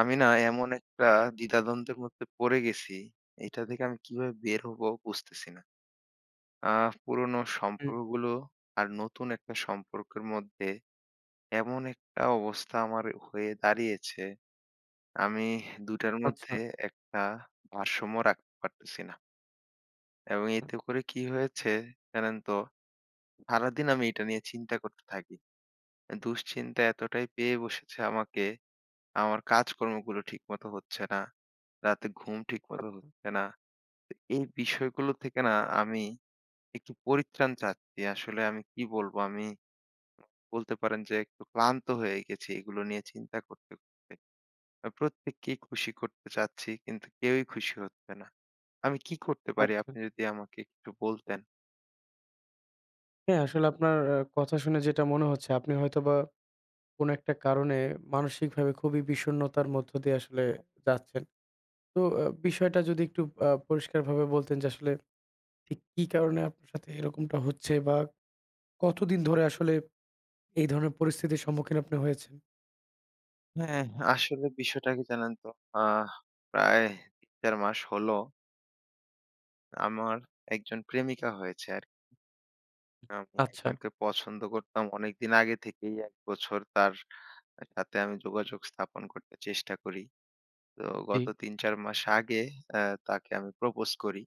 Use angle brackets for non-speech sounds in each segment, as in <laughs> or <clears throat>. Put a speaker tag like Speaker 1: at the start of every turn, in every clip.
Speaker 1: আমি না এমন একটা দ্বিধাদ্বন্দ্বের মধ্যে পড়ে গেছি। এটা থেকে আমি কিভাবে বের হবো বুঝতেছি না। পুরনো
Speaker 2: হুম,
Speaker 1: সম্পর্কগুলো আর নতুন একটা সম্পর্কের মধ্যে এমন একটা অবস্থা আমার হয়ে দাঁড়িয়েছে, আমি ২ টার
Speaker 2: আচ্ছা,
Speaker 1: মধ্যে একটা ভারসাম্য রাখতে পারতেছি না। এবং
Speaker 2: আচ্ছা,
Speaker 1: এতে করে কি হয়েছে জানেন তো? সারাদিন আমি এটা নিয়ে চিন্তা করতে থাকি। দুশ্চিন্তা এতটাই পেয়ে বসেছে আমাকে, আমার কাজকর্মগুলো ঠিকমতো হচ্ছে না। রাতে ঘুম ঠিকমতো
Speaker 2: আচ্ছা,
Speaker 1: হচ্ছে না। এই বিষয়গুলো থেকে না আমি একটু পরিত্রাণ চাচ্ছি। আসলে আমি কি বলবো? আমি বলতে পারেন যে একটু ক্লান্ত হয়ে গেছি এগুলো নিয়ে চিন্তা করতে, করতে। প্রত্যেককেই খুশি করতে চাচ্ছি কিন্তু কেউই খুশি হচ্ছে না। আমি কি করতে পারি?
Speaker 2: আচ্ছা।
Speaker 1: আপনি যদি আমাকে একটু বলতেন।
Speaker 2: হ্যাঁ, আসলে আপনার কথা শুনে যেটা মনে হচ্ছে আপনি হয়তোবা কোনো একটা কারণে মানসিকভাবে খুবই বিষণ্ণতার মধ্য দিয়ে আসলে যাচ্ছেন। তো বিষয়টা যদি একটু পরিষ্কারভাবে বলতেন যে আসলে ঠিক কি কারণে আপনার সাথে এরকমটা হচ্ছে বা কতদিন ধরে আসলে এই ধরনের পরিস্থিতির সম্মুখীন আপনি হয়েছেন?
Speaker 1: হ্যাঁ, আসলে বিষয়টা কি জানেন তো? আহ প্রায় ৩-৪ মাস হলো আমার একজন প্রেমিকা হয়েছে। আমি
Speaker 2: আচ্ছা,
Speaker 1: একজনকে পছন্দ করতাম অনেকদিন আগে থেকেই। ১ বছর তার সাথে আমি যোগাযোগ স্থাপন করতে চেষ্টা করি। তো
Speaker 2: জি,
Speaker 1: গত ৩-৪ মাস আগে অ্যা তাকে আমি প্রপোজ করি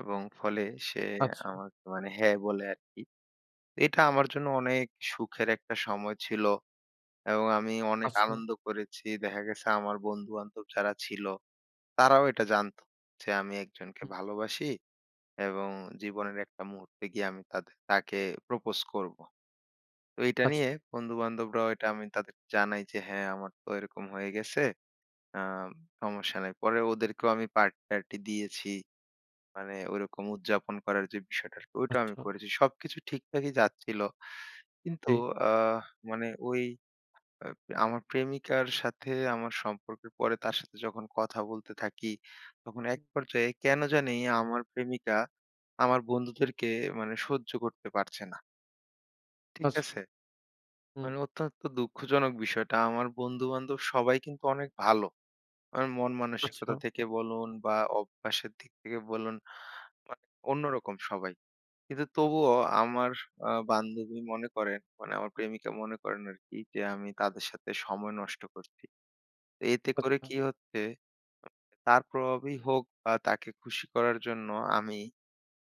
Speaker 1: এবং ফলে সে
Speaker 2: আচ্ছা,
Speaker 1: আমাকে মানে হ্যাঁ বলে আরকি। এটা আমার জন্য অনেক সুখের একটা সময় ছিল এবং আমি অনেক
Speaker 2: আচ্ছা,
Speaker 1: আনন্দ করেছি। দেখা গেছে আমার বন্ধু-বান্ধব যারা ছিল তারাও এটা জানতো যে আমি একজনকে
Speaker 2: হুম,
Speaker 1: ভালোবাসি এবং জীবনের একটা মুহূর্তে গিয়ে আমি তাকে প্রপোজ করব। তো এটা
Speaker 2: আচ্ছা,
Speaker 1: নিয়ে বন্ধু-বান্ধবরাও এটা আমি তাদেরকে জানাই যে, "হ্যাঁ, আমার তো এরকম হয়ে গেছে। আ সমস্যা নাই।" পরে ওদেরকেও আমি পার্টি-টার্টি দিয়েছি। মানে ওইরকম উদযাপন করার যে বিষয়টা, ওইটাও
Speaker 2: আচ্ছা,
Speaker 1: আমি করেছি। সবকিছু ঠিকঠাকই যাচ্ছিল। কিন্তু
Speaker 2: জি,
Speaker 1: আ মানে আ আমার প্রেমিকার সাথে আমার সম্পর্কের পরে তার সাথে যখন কথা বলতে থাকি, তখন এক পর্যায়ে কেন জানি আমার প্রেমিকা আমার বন্ধুদেরকে মানে সহ্য করতে পারছে না। ঠিক
Speaker 2: আচ্ছা,
Speaker 1: আছে?
Speaker 2: হুম,
Speaker 1: মানে অত্যন্ত দুঃখজনক বিষয়টা। আমার বন্ধু-বান্ধব সবাই কিন্তু অনেক ভালো। আমার মন
Speaker 2: আচ্ছা,
Speaker 1: মানসিকতা থেকে বলুন বা অভ্যাসের দিক থেকে বলুন, মানে অন্যরকম সবাই। কিন্তু তবুও আমার বান্ধবী মনে করেন, মানে আমার প্রেমিকা মনে করেন আরকি যে আমি তাদের সাথে সময় নষ্ট করছি। তো এতে করে
Speaker 2: আচ্ছা,
Speaker 1: কি হচ্ছে, তার প্রভাবেই হোক বা তাকে খুশি করার জন্য আমি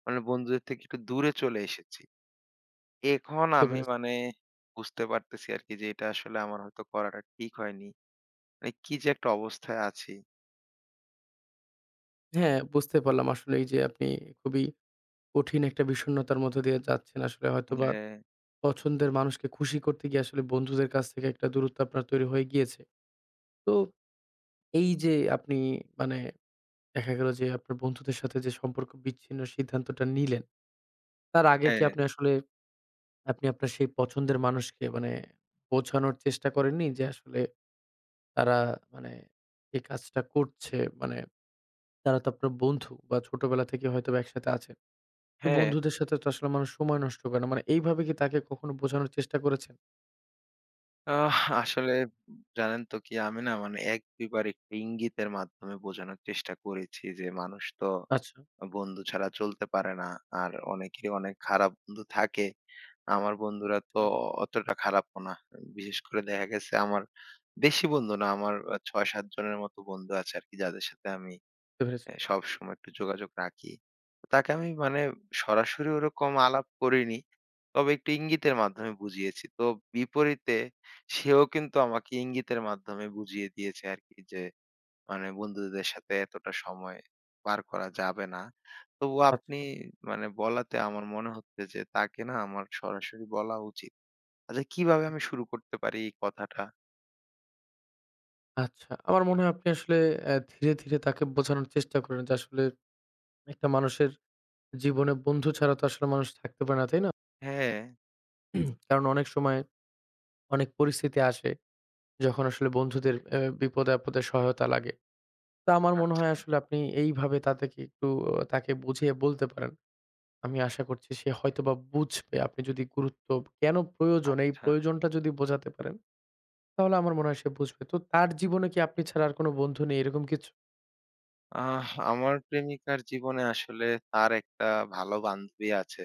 Speaker 1: মানে বন্ধুদের থেকে একটু দূরে চলে এসেছি। এখন
Speaker 2: বুঝতে
Speaker 1: আমি
Speaker 2: পেরেছি।
Speaker 1: মানে বুঝতে পারতেছি আরকি যে এটা আসলে আমার হয়তো করাটা ঠিক হয়নি। মানে কি যে একটা অবস্থায় আছি।
Speaker 2: হ্যাঁ, বুঝতে পারলাম আসলে এই যে আপনি খুবই কঠিন একটা বিষণ্ণতার মধ্য দিয়ে যাচ্ছেন। আসলে হয়তোবা
Speaker 1: হ্যাঁ।
Speaker 2: পছন্দের মানুষকে খুশি করতে গিয়ে আসলে বন্ধুদের কাছ থেকে একটা দূরত্ব আপনার তৈরি হয়ে গিয়েছে। তো এই যে আপনি মানে দেখা গেল যে আপনার বন্ধুদের সাথে যে সম্পর্ক বিচ্ছিন্ন সিদ্ধান্তটা নিলেন, তার আগে
Speaker 1: হ্যাঁ,
Speaker 2: কি
Speaker 1: হ্যাঁ,
Speaker 2: আপনি আসলে আপনি আপনার সেই পছন্দের মানুষকে মানে বোঝানোর চেষ্টা করেননি যে আসলে তারা মানে এই কাজটা করছে মানে তারা তো আপনার বন্ধু বা ছোটবেলা থেকে হয়তোবা একসাথে আছেন। তো
Speaker 1: হ্যাঁ।
Speaker 2: বন্ধুদের সাথে তো আসলে মানুষ সময় নষ্ট করে না। মানে এইভাবে কি তাকে কখনো বোঝানোর চেষ্টা করেছেন?
Speaker 1: আহ আসলে জানেন তো কি আমি না মানে ১-২ বার একটু ইঙ্গিতের মাধ্যমে বোঝানোর চেষ্টা করেছি যে মানুষ তো
Speaker 2: আচ্ছা,
Speaker 1: বন্ধু ছাড়া চলতে পারে না। আর অনেকেরই অনেক খারাপ বন্ধু থাকে। আমার বন্ধুরা তো
Speaker 2: আচ্ছা
Speaker 1: অতটা খারাপও না। বিশেষ করে দেখা গেছে আমার বেশি বন্ধু না, আমার ৬-৭ জনের মতো বন্ধু আছে আরকি যাদের সাথে আমি
Speaker 2: বুঝতে পেরেছি।
Speaker 1: হ্যাঁ, সবসময় একটু যোগাযোগ রাখি। তাকে আমি মানে সরাসরি ওরকম আলাপ করিনি। তবে একটু ইঙ্গিতের মাধ্যমে বুঝিয়েছি। তো বিপরীতে সেও কিন্তু আমাকে ইঙ্গিতের মাধ্যমে বুঝিয়ে দিয়েছে আরকি যে, মানে বন্ধুদের সাথে এতটা সময় পার করা যাবে না। তবুও
Speaker 2: আচ্ছা,
Speaker 1: আপনি মানে বলাতে আমার মনে হচ্ছে যে, তাকে না আমার সরাসরি বলা উচিত। আচ্ছা কিভাবে
Speaker 2: হুম,
Speaker 1: আমি শুরু করতে পারি এই কথাটা?
Speaker 2: আচ্ছা। আমার মনে হয় আপনি আসলে ধীরে, ধীরে তাকে বোঝানোর চেষ্টা করেন যে আসলে একটা মানুষের জীবনে বন্ধু ছাড়া তো আসলে মানুষ থাকতে পারে না, তাই না?
Speaker 1: হ্যাঁ,
Speaker 2: কারণ অনেক সময় অনেক পরিস্থিতি আসে যখন আসলে বন্ধুদের বিপদে-আপদে সহায়তা লাগে। তো আমার মনে হয়
Speaker 1: আচ্ছা,
Speaker 2: আসলে আপনি এইভাবে তাদেরকে একটু তাকে বুঝিয়ে বলতে পারেন। আমি আশা করছি সে হয়তোবা বুঝবে আপনি যদি গুরুত্ব কেন প্রয়োজন, এই
Speaker 1: আচ্ছা।
Speaker 2: প্রয়োজনটা যদি বোঝাতে পারেন তাহলে আমার মনে হয় সে বুঝবে। তো তার জীবনে কি আপনি ছাড়া আর কোন বন্ধু নেই এরকম কিছু?
Speaker 1: আমার প্রেমিকার জীবনে আসলে তার একটা ভালো বান্ধবী আছে।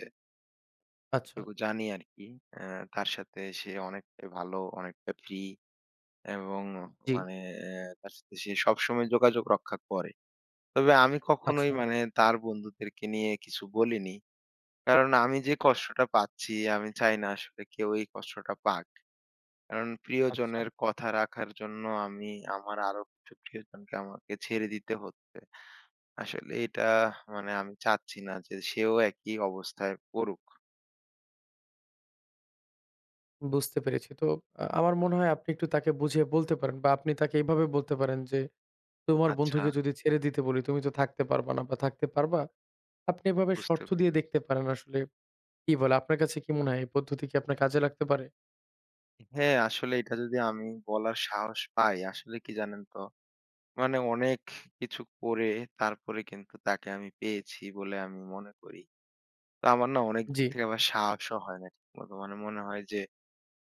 Speaker 2: আচ্ছা।
Speaker 1: এটুকু জানি আরকি। অ্যা তার সাথে সে অনেকটাই ভালো, অনেকটা ফ্রি এবং
Speaker 2: জি।
Speaker 1: মানে তার সাথে সে সবসময় যোগাযোগ রক্ষা করে। তবে আমি কখনোই
Speaker 2: আচ্ছা,
Speaker 1: মানে তার বন্ধুদেরকে নিয়ে কিছু বলিনি। কারণ আমি যে কষ্টটা পাচ্ছি, আমি চাই না আসলে কেউ এই কষ্টটা পাক। কারণ
Speaker 2: আচ্ছা।
Speaker 1: প্রিয়জনের কথা রাখার জন্য আমি আমার আরো কিছু প্রিয়জনকে আমাকে ছেড়ে দিতে হচ্ছে। আসলে এটা মানে আমি চাচ্ছি না যে সেও একই অবস্থায় পড়ুক।
Speaker 2: বুঝতে পেরেছি। তো আমার মনে হয় আপনি একটু তাকে বুঝিয়ে বলতে পারেন বা আপনি তাকে এভাবে বলতে পারেন যে, "তোমার
Speaker 1: আচ্ছা,
Speaker 2: বন্ধুকে যদি ছেড়ে দিতে বলি, তুমি তো থাকতে পারবা না বা থাকতে পারবা?" আপনি এভাবে
Speaker 1: বুঝতে
Speaker 2: শর্ত দিয়ে
Speaker 1: পেরেছি।
Speaker 2: দেখতে পারেন আসলে কি বলে। আপনার কাছে কি মনে হয় এই পদ্ধতি কি আপনার কাজে লাগতে পারে?
Speaker 1: হ্যাঁ, আসলে এটা যদি আমি বলার সাহস পাই, আসলে কি জানেন তো? মানে অনেক কিছু করে তারপরে কিন্তু তাকে আমি পেয়েছি বলে আমি মনে করি। তো আমার না অনেক
Speaker 2: জি।
Speaker 1: দিক থেকে আবার সাহসও হয় না ঠিকমতো। মানে মনে হয় যে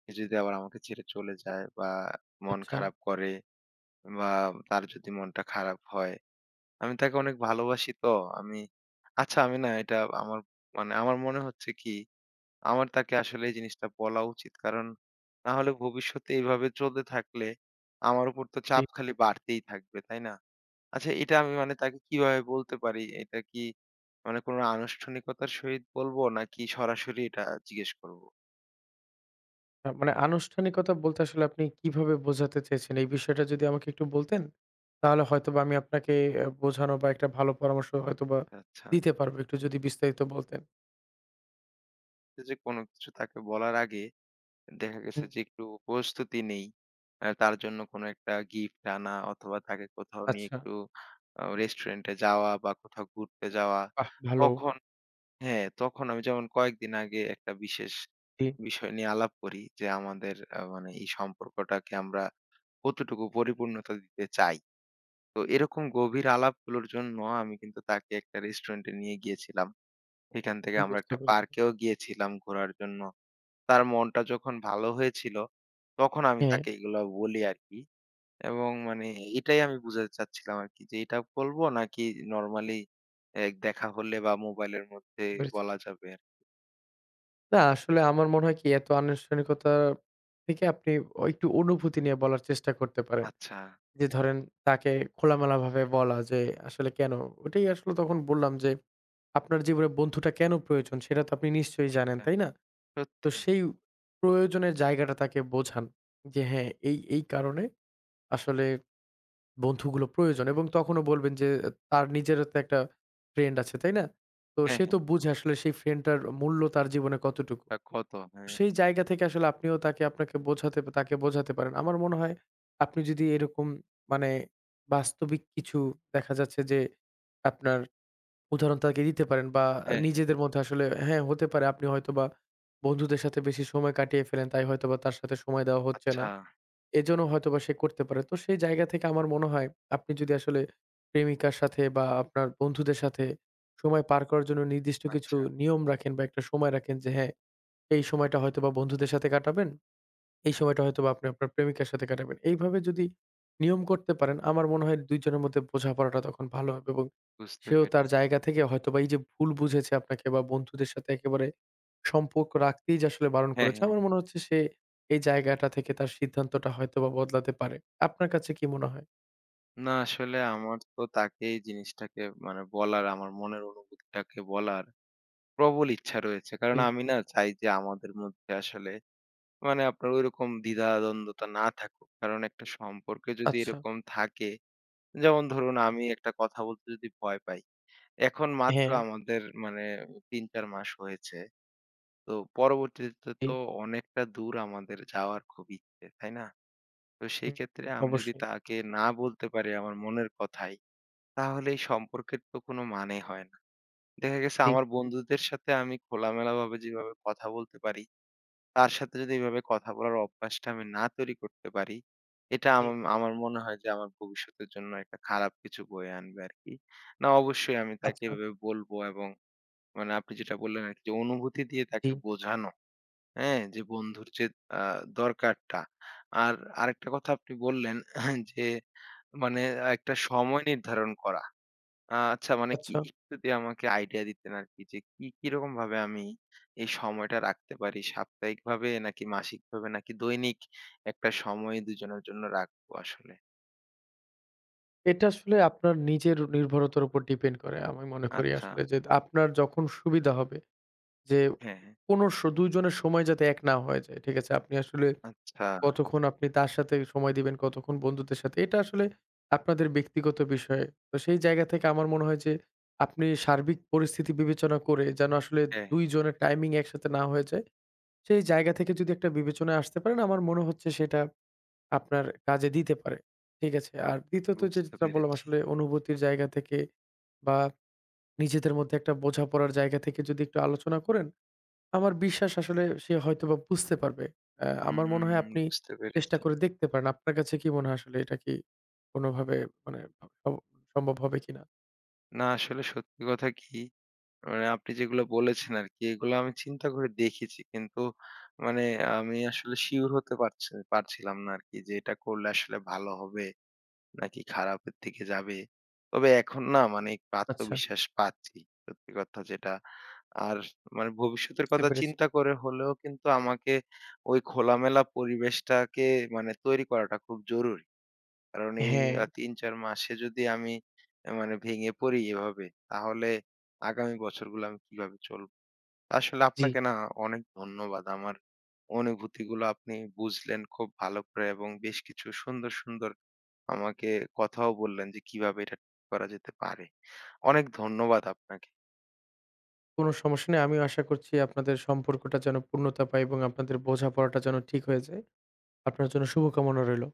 Speaker 1: সে যদি আবার আমাকে ছেড়ে চলে যায় বা মন
Speaker 2: আচ্ছা।
Speaker 1: খারাপ করে বা তার যদি মনটা খারাপ হয় আমি তাকে অনেক ভালোবাসি তো। আমি আচ্ছা আমি না এটা আমার মানে আমার মনে হচ্ছে কি, আমার তাকে আসলে এই জিনিসটা বলা উচিত। কারণ না হলে ভবিষ্যতে এভাবে চলতে থাকলে আমার উপর তো
Speaker 2: জি।
Speaker 1: চাপ খালি বাড়তেই থাকবে, তাই না? আচ্ছা এটা আমি মানে তাকে কিভাবে বলতে পারি? এটা কি মানে কোনো আনুষ্ঠানিকতার সহিত বলবো নাকি সরাসরি এটা জিজ্ঞেস করব?
Speaker 2: মানে আনুষ্ঠানিকতা বলতে আসলে আপনি কিভাবে বোঝাতে চেয়েছেন? এই বিষয়টা যদি আমাকে একটু বলতেন, তাহলে হয়তোবা আমি আপনাকে বোঝানো বা একটা ভালো পরামর্শ হয়তোবা
Speaker 1: আচ্ছা।
Speaker 2: দিতে পারবো। একটু যদি বিস্তারিত বলতেন।
Speaker 1: যে কোনো কিছু তাকে বলার আগে দেখা গেছে
Speaker 2: হুম।
Speaker 1: যে একটু প্রস্তুতি নেই। তার জন্য কোনো একটা গিফট আনা অথবা তাকে কোথাও নিয়ে
Speaker 2: আচ্ছা,
Speaker 1: একটু রেস্টুরেন্টে যাওয়া বা কোথাও ঘুরতে যাওয়া।
Speaker 2: বাহ! ভালো।
Speaker 1: তখন হ্যাঁ, তখন আমি যেমন কয়েকদিন আগে একটা বিশেষ
Speaker 2: জি,
Speaker 1: বিষয় নিয়ে আলাপ করি যে আমাদের মানে এই সম্পর্কটাকে আমরা কতটুকু পরিপূর্ণতা দিতে চাই। তো এরকম গভীর আলাপগুলোর জন্য আমি কিন্তু তাকে একটা রেস্টুরেন্টে নিয়ে গিয়েছিলাম। সেখান থেকে আমরা
Speaker 2: বুঝতে
Speaker 1: একটা
Speaker 2: পেরেছি।
Speaker 1: পার্কেও গিয়েছিলাম ঘোরার জন্য। তার মনটা যখন ভালো হয়েছিল, তখন আমি
Speaker 2: হ্যাঁ,
Speaker 1: তাকে এগুলা বলি আরকি। এবং মানে এটাই আমি বুঝাতে চাচ্ছিলাম আরকি যে এটা বলবো নাকি নরমালি এ দেখা হলে বা মোবাইলের মধ্যে
Speaker 2: বুঝতে পেরেছি।
Speaker 1: বলা যাবে আরকি?
Speaker 2: না আসলে আমার মনে হয় কি এত আনুষ্ঠানিকতা থেকে আপনি ও একটু অনুভূতি নিয়ে বলার চেষ্টা করতে পারেন।
Speaker 1: আচ্ছা,
Speaker 2: যে ধরেন তাকে খোলামেলাভাবে বলা যে আসলে কেন? ওটাই আসলে তখন বললাম যে আপনার জীবনে বন্ধুটা কেন প্রয়োজন সেটা তো আপনি নিশ্চয়ই জানেন,
Speaker 1: সেটা
Speaker 2: তাই না? তো
Speaker 1: সত্যি।
Speaker 2: সেই প্রয়োজনের জায়গাটা তাকে বোঝান। যে হ্যাঁ, এই কারণে আসলে বন্ধুগুলো প্রয়োজন এবং তখনও বলবেন যে আহ, তার নিজেরও তো একটা ফ্রেন্ড আছে, তাই না? তো
Speaker 1: হ্যাঁ,
Speaker 2: সে
Speaker 1: হ্যাঁ।
Speaker 2: তো বুঝে আসলে সেই ফ্রেন্ডটার মূল্য তার জীবনে কতটুকু।
Speaker 1: তা কত? হ্যাঁ,
Speaker 2: সেই জায়গা থেকে আসলে আপনিও তাকে আপনাকে বোঝাতে তাকে বোঝাতে পারেন। আমার মনে হয় আপনি যদি এরকম মানে বাস্তবিক কিছু দেখা যাচ্ছে যে আপনার উদাহরণ তাকে দিতে পারেন বা
Speaker 1: হ্যাঁ, হ্যাঁ।
Speaker 2: নিজেদের মধ্যে আসলে হ্যাঁ, হতে পারে আপনি হয়তোবা বন্ধুদের সাথে বেশি সময় কাটিয়ে ফেলেন। তাই হয়তোবা তার সাথে সময় দেওয়া হচ্ছে না।
Speaker 1: আচ্ছা,
Speaker 2: এজন্য হয়তোবা সে করতে পারে। তো সেই জায়গা থেকে আমার মনে হয় আপনি যদি আসলে প্রেমিকার সাথে বা আপনার বন্ধুদের সাথে সময় পার করার জন্য নির্দিষ্ট কিছু
Speaker 1: আচ্ছা,
Speaker 2: নিয়ম রাখেন বা একটা সময় রাখেন যে হ্যাঁ, এই সময়টা হয়তোবা বন্ধুদের সাথে কাটাবেন। এই
Speaker 1: আচ্ছা।
Speaker 2: সময়টা হয়তোবা আপনি আপনার প্রেমিকার সাথে কাটাবেন। এইভাবে যদি নিয়ম করতে পারেন, আমার মনে হয় ২ জনের মধ্যে বোঝাপড়াটা তখন ভালো হবে এবং
Speaker 1: বুঝতে
Speaker 2: সেও তার
Speaker 1: পেরেছি।
Speaker 2: জায়গা থেকে হয়তোবা এই যে ভুল বুঝেছে আপনাকে বা বন্ধুদের সাথে একেবারে সম্পর্ক রাখতেই যে আসলে বারণ
Speaker 1: হ্যাঁ,
Speaker 2: করেছে,
Speaker 1: হ্যাঁ।
Speaker 2: আমার মনে হচ্ছে সে এই জায়গাটা থেকে তার সিদ্ধান্তটা হয়তোবা বদলাতে পারে। আপনার কাছে কি মনে হয়?
Speaker 1: না আসলে আমার তো তাকে এই জিনিসটাকে মানে বলার আমার মনের অনুভূতিটাকে বলার প্রবল ইচ্ছা রয়েছে। কারণ
Speaker 2: জি।
Speaker 1: আমি না চাই যে আমাদের মধ্যে আসলে মানে আপনার ঐরকম দ্বিধা-দ্বন্দ্বতা না থাকুক। কারণ একটা সম্পর্কে যদি
Speaker 2: আচ্ছা।
Speaker 1: এরকম থাকে, যেমন ধরুন আমি একটা কথা বলতে যদি ভয় পাই। এখন মাত্র
Speaker 2: হ্যাঁ।
Speaker 1: আমাদের মানে ৩-৪ মাস হয়েছে। তো পরবর্তীতে
Speaker 2: জি।
Speaker 1: তো অনেকটা দূর আমাদের যাওয়ার খুব ইচ্ছে, তাই না? তো সেই
Speaker 2: হুম।
Speaker 1: ক্ষেত্রে আমি যদি
Speaker 2: অবশ্যই।
Speaker 1: তাকে না বলতে পারি আমার মনের কথাই, তাহলে এই সম্পর্কের তো কোনো মানে হয় না। দেখা গেছে
Speaker 2: জি,
Speaker 1: আমার বন্ধুদের সাথে আমি খোলামেলাভাবে যেভাবে কথা বলতে পারি তার সাথে যদি এভাবে কথা বলার অভ্যাসটা আমি না তৈরি করতে পারি, এটা
Speaker 2: জি।
Speaker 1: আমার মনে হয় যে আমার ভবিষ্যতের জন্য একটা খারাপ কিছু বয়ে আনবে আরকি। না অবশ্যই আমি তাকে
Speaker 2: আচ্ছা।
Speaker 1: এভাবে বলবো এবং মানে আপনি যেটা বললেন আরকি যে অনুভূতি দিয়ে
Speaker 2: জি।
Speaker 1: তাকে বোঝানো, হ্যাঁ? যে বন্ধুর যে আ দরকারটা। আর আরেকটা কথা আপনি বললেন <clears throat> <laughs> যে মানে একটা সময় নির্ধারণ করা। আচ্ছা মানে কি
Speaker 2: আচ্ছা।
Speaker 1: একটু যদি আমাকে আইডিয়া দিতেন আরকি যে কি কিরকম ভাবে আমি এই সময়টা রাখতে পারি? সাপ্তাহিকভাবে নাকি মাসিকভাবে নাকি দৈনিক একটা সময় দুজনের জন্য রাখবো আসলে?
Speaker 2: এটা আসলে আপনার নিজের নির্ভরতার উপর ডিপেন্ড করে। আমি মনে করি
Speaker 1: আচ্ছা,
Speaker 2: আসলে যে আপনার যখন সুবিধা হবে যে
Speaker 1: হ্যাঁ, হ্যাঁ।
Speaker 2: কোন ২ জনের সময় যাতে এক না হয়ে যায়। ঠিক আছে? আপনি আসলে
Speaker 1: আচ্ছা,
Speaker 2: কতক্ষণ আপনি তার সাথে সময় দিবেন, কতক্ষণ বন্ধুদের সাথে এটা আসলে আপনাদের ব্যক্তিগত বিষয়। তো সেই জায়গা থেকে আমার মনে হয় যে আপনি সার্বিক পরিস্থিতি বিবেচনা করে যেন আসলে
Speaker 1: হ্যাঁ,
Speaker 2: ২ জনের টাইমিং একসাথে না হয়ে যায়। সেই জায়গা থেকে যদি একটা বিবেচনায় আসতে পারেন আমার মনে হচ্ছে সেটা আপনার কাজে দিতে পারে। ঠিক আছে? আর দ্বিতীয়ত
Speaker 1: বুঝতে
Speaker 2: যেটা বললাম
Speaker 1: পেরেছি।
Speaker 2: আসলে অনুভূতির জায়গা থেকে বা নিজেদের মধ্যে একটা বোঝাপড়ার জায়গা থেকে যদি একটু আলোচনা করেন, আমার বিশ্বাস আসলে সে হয়তোবা বুঝতে পারবে। আমার মনে
Speaker 1: হুম,
Speaker 2: হয় আপনি
Speaker 1: বুঝতে
Speaker 2: চেষ্টা
Speaker 1: পেরেছি।
Speaker 2: করে দেখতে পারেন। আপনার কাছে কি মনে হয় আসলে এটা কি কোনোভাবে মানে সম সম্ভব হবে কিনা?
Speaker 1: না আসলে সত্যি কথা কি মানে আপনি যেগুলো বলেছেন আরকি এগুলো আমি চিন্তা করে দেখেছি। কিন্তু মানে আমি আসলে সিউর হতে পারছিলাম না আরকি যে এটা করলে আসলে ভালো হবে। নাকি খারাপের দিকে যাবে। তবে এখন না মানে একটু
Speaker 2: আচ্ছা,
Speaker 1: আত্মবিশ্বাস পাচ্ছি। সত্যি কথা যেটা। আর মানে ভবিষ্যতের
Speaker 2: বুঝতে
Speaker 1: কথা
Speaker 2: পেরেছি।
Speaker 1: চিন্তা করে হলেও কিন্তু আমাকে ওই খোলামেলা পরিবেশটাকে মানে তৈরি করাটা খুব জরুরি। কারণ এই
Speaker 2: হ্যাঁ,
Speaker 1: ৩-৪ মাসে যদি আমি মানে ভেঙে পড়ি এভাবে তাহলে আগামী বছরগুলো আমি কিভাবে চলবো? আসলে
Speaker 2: জি।
Speaker 1: আপনাকে না অনেক ধন্যবাদ। আমার অনুভূতিগুলো আপনি বুঝলেন খুব ভালো করে এবং বেশ কিছু সুন্দর, সুন্দর আমাকে কথাও বললেন যে কিভাবে এটা ঠিক করা যেতে পারে। অনেক ধন্যবাদ আপনাকে।
Speaker 2: কোনো সমস্যা নেই। আমিও আশা করছি আপনাদের সম্পর্কটা যেন পূর্ণতা পায় এবং আপনাদের বোঝাপড়াটা যেন ঠিক হয়ে যায়। আপনার জন্য শুভকামনা রইলো।